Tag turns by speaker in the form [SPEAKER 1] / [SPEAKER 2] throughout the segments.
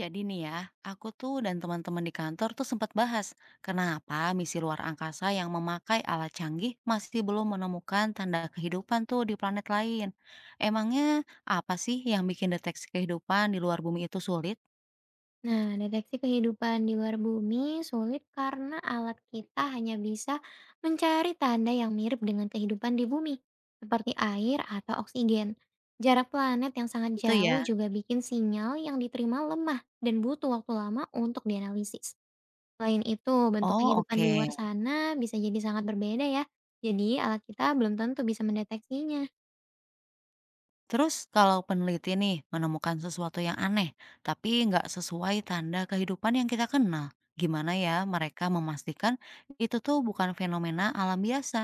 [SPEAKER 1] Jadi nih ya, aku tuh dan teman-teman di kantor tuh sempat bahas kenapa misi luar angkasa yang memakai alat canggih masih belum menemukan tanda kehidupan tuh di planet lain. Emangnya apa sih yang bikin deteksi kehidupan di luar bumi itu sulit?
[SPEAKER 2] Nah, deteksi kehidupan di luar bumi sulit karena alat kita hanya bisa mencari tanda yang mirip dengan kehidupan di bumi, seperti air atau oksigen. Jarak planet yang sangat
[SPEAKER 1] Gitu ya.
[SPEAKER 2] jauh juga bikin sinyal yang diterima lemah dan butuh waktu lama untuk dianalisis. Selain itu, bentuk
[SPEAKER 1] Oh
[SPEAKER 2] kehidupan di
[SPEAKER 1] oke.
[SPEAKER 2] luar sana bisa jadi sangat berbeda ya. Jadi, alat kita belum tentu bisa mendeteksinya.
[SPEAKER 1] Terus kalau peneliti nih menemukan sesuatu yang aneh, tapi nggak sesuai tanda kehidupan yang kita kenal, gimana ya mereka memastikan itu tuh bukan fenomena alam biasa?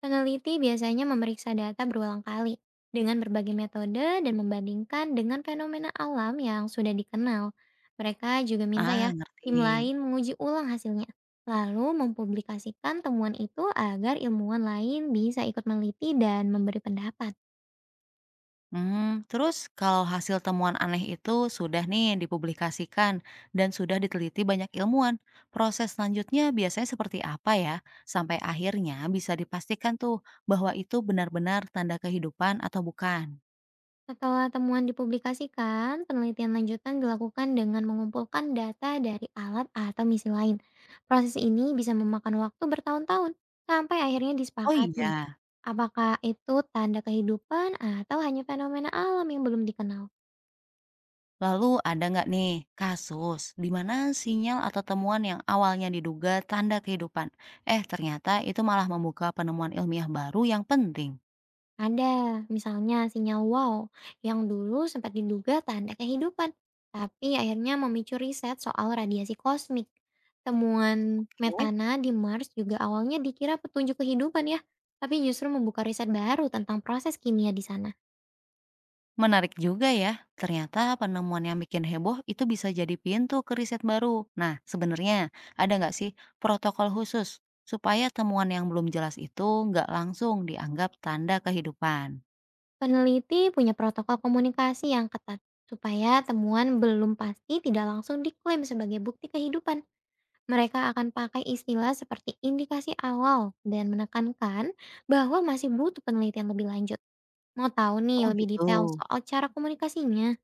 [SPEAKER 2] Peneliti biasanya memeriksa data berulang kali dengan berbagai metode dan membandingkan dengan fenomena alam yang sudah dikenal. Mereka juga minta
[SPEAKER 1] Ah,
[SPEAKER 2] ya, tim
[SPEAKER 1] ngerti.
[SPEAKER 2] lain menguji ulang hasilnya, lalu mempublikasikan temuan itu agar ilmuwan lain bisa ikut meneliti dan memberi pendapat.
[SPEAKER 1] Hmm. Terus kalau hasil temuan aneh itu sudah nih dipublikasikan dan sudah diteliti banyak ilmuwan, proses selanjutnya biasanya seperti apa ya? Sampai akhirnya bisa dipastikan tuh bahwa itu benar-benar tanda kehidupan atau bukan?
[SPEAKER 2] Setelah temuan dipublikasikan, penelitian lanjutan dilakukan dengan mengumpulkan data dari alat atau misi lain. Proses ini bisa memakan waktu bertahun-tahun sampai akhirnya
[SPEAKER 1] Oh
[SPEAKER 2] disepakati.
[SPEAKER 1] iya,
[SPEAKER 2] Apakah itu tanda kehidupan atau hanya fenomena alam yang belum dikenal?
[SPEAKER 1] lalu ada nggak nih kasus di mana sinyal atau temuan yang awalnya diduga tanda kehidupan, eh ternyata itu malah membuka penemuan ilmiah baru yang penting?
[SPEAKER 2] Ada, misalnya sinyal wow yang dulu sempat diduga tanda kehidupan, tapi akhirnya memicu riset soal radiasi kosmik. Temuan
[SPEAKER 1] Oke.
[SPEAKER 2] metana di Mars juga awalnya dikira petunjuk kehidupan ya, tapi justru membuka riset baru tentang proses kimia di sana.
[SPEAKER 1] Menarik juga ya, ternyata penemuan yang bikin heboh itu bisa jadi pintu ke riset baru. Nah, sebenarnya ada nggak sih protokol khusus supaya temuan yang belum jelas itu nggak langsung dianggap tanda kehidupan?
[SPEAKER 2] Peneliti punya protokol komunikasi yang ketat supaya temuan belum pasti tidak langsung diklaim sebagai bukti kehidupan. Mereka akan pakai istilah seperti indikasi awal dan menekankan bahwa masih butuh penelitian lebih lanjut. Mau tahu nih
[SPEAKER 1] Oh
[SPEAKER 2] lebih
[SPEAKER 1] gitu.
[SPEAKER 2] detail soal cara komunikasinya?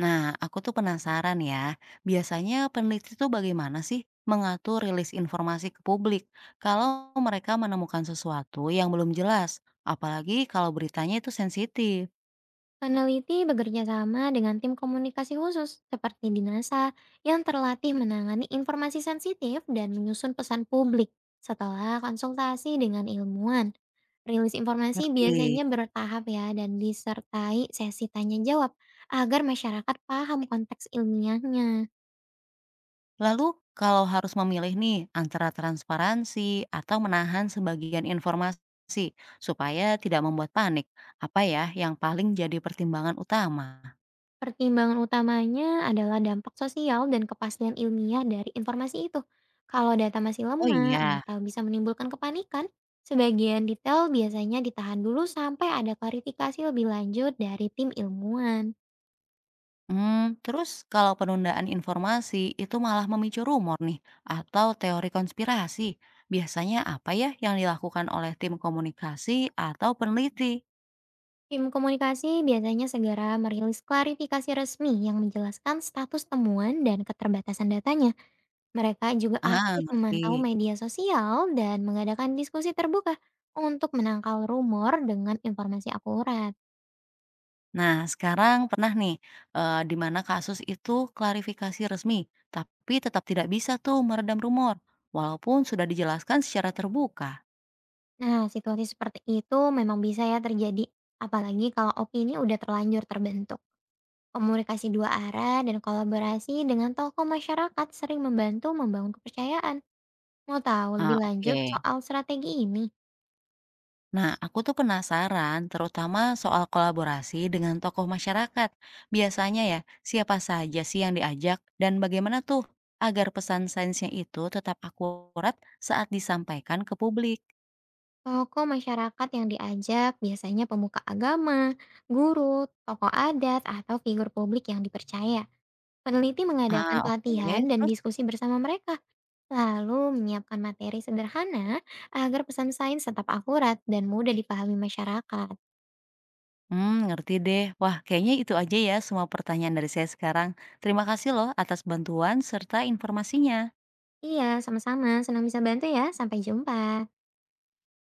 [SPEAKER 1] Nah, aku tuh penasaran ya, biasanya peneliti tuh bagaimana sih mengatur rilis informasi ke publik kalau mereka menemukan sesuatu yang belum jelas, apalagi kalau beritanya itu sensitif.
[SPEAKER 2] Peneliti bekerja sama dengan tim komunikasi khusus seperti di NASA yang terlatih menangani informasi sensitif dan menyusun pesan publik setelah konsultasi dengan ilmuwan. Rilis informasi
[SPEAKER 1] Ngerti?
[SPEAKER 2] biasanya bertahap ya, dan disertai sesi tanya jawab agar masyarakat paham konteks ilmiahnya.
[SPEAKER 1] Lalu, kalau harus memilih nih antara transparansi atau menahan sebagian informasi supaya tidak membuat panik, apa ya yang paling jadi pertimbangan utama?
[SPEAKER 2] Pertimbangan utamanya adalah dampak sosial dan kepastian ilmiah dari informasi itu. Kalau data masih
[SPEAKER 1] Oh
[SPEAKER 2] lemah
[SPEAKER 1] iya.
[SPEAKER 2] atau bisa menimbulkan kepanikan, sebagian detail biasanya ditahan dulu sampai ada klarifikasi lebih lanjut dari tim ilmuwan.
[SPEAKER 1] Hmm, terus kalau penundaan informasi itu malah memicu rumor nih atau teori konspirasi, biasanya apa ya yang dilakukan oleh tim komunikasi atau peneliti?
[SPEAKER 2] Tim komunikasi biasanya segera merilis klarifikasi resmi yang menjelaskan status temuan dan keterbatasan datanya. Mereka juga
[SPEAKER 1] Ah,
[SPEAKER 2] aktif memantau
[SPEAKER 1] ngerti.
[SPEAKER 2] media sosial dan mengadakan diskusi terbuka untuk menangkal rumor dengan informasi akurat.
[SPEAKER 1] Nah, sekarang pernah nih, di mana kasus itu klarifikasi resmi, tapi tetap tidak bisa tuh meredam rumor, walaupun sudah dijelaskan secara terbuka.
[SPEAKER 2] Nah, situasi seperti itu memang bisa ya terjadi, apalagi kalau opini udah terlanjur terbentuk. Komunikasi dua arah dan kolaborasi dengan tokoh masyarakat sering membantu membangun kepercayaan. Mau tahu lebih
[SPEAKER 1] Ah,
[SPEAKER 2] lanjut
[SPEAKER 1] oke.
[SPEAKER 2] soal strategi ini?
[SPEAKER 1] Nah, aku tuh penasaran terutama soal kolaborasi dengan tokoh masyarakat. Biasanya ya, siapa saja sih yang diajak dan bagaimana tuh agar pesan sainsnya itu tetap akurat saat disampaikan ke publik?
[SPEAKER 2] Tokoh masyarakat yang diajak biasanya pemuka agama, guru, tokoh adat, atau figur publik yang dipercaya. Peneliti mengadakan
[SPEAKER 1] Ah, oke,
[SPEAKER 2] pelatihan dan
[SPEAKER 1] terus?
[SPEAKER 2] diskusi bersama mereka. Lalu menyiapkan materi sederhana agar pesan sains tetap akurat dan mudah dipahami masyarakat.
[SPEAKER 1] Hmm, ngerti deh. Wah, kayaknya itu aja ya semua pertanyaan dari saya sekarang. Terima kasih loh atas bantuan serta informasinya.
[SPEAKER 2] Iya, sama-sama. Senang bisa bantu ya. Sampai jumpa.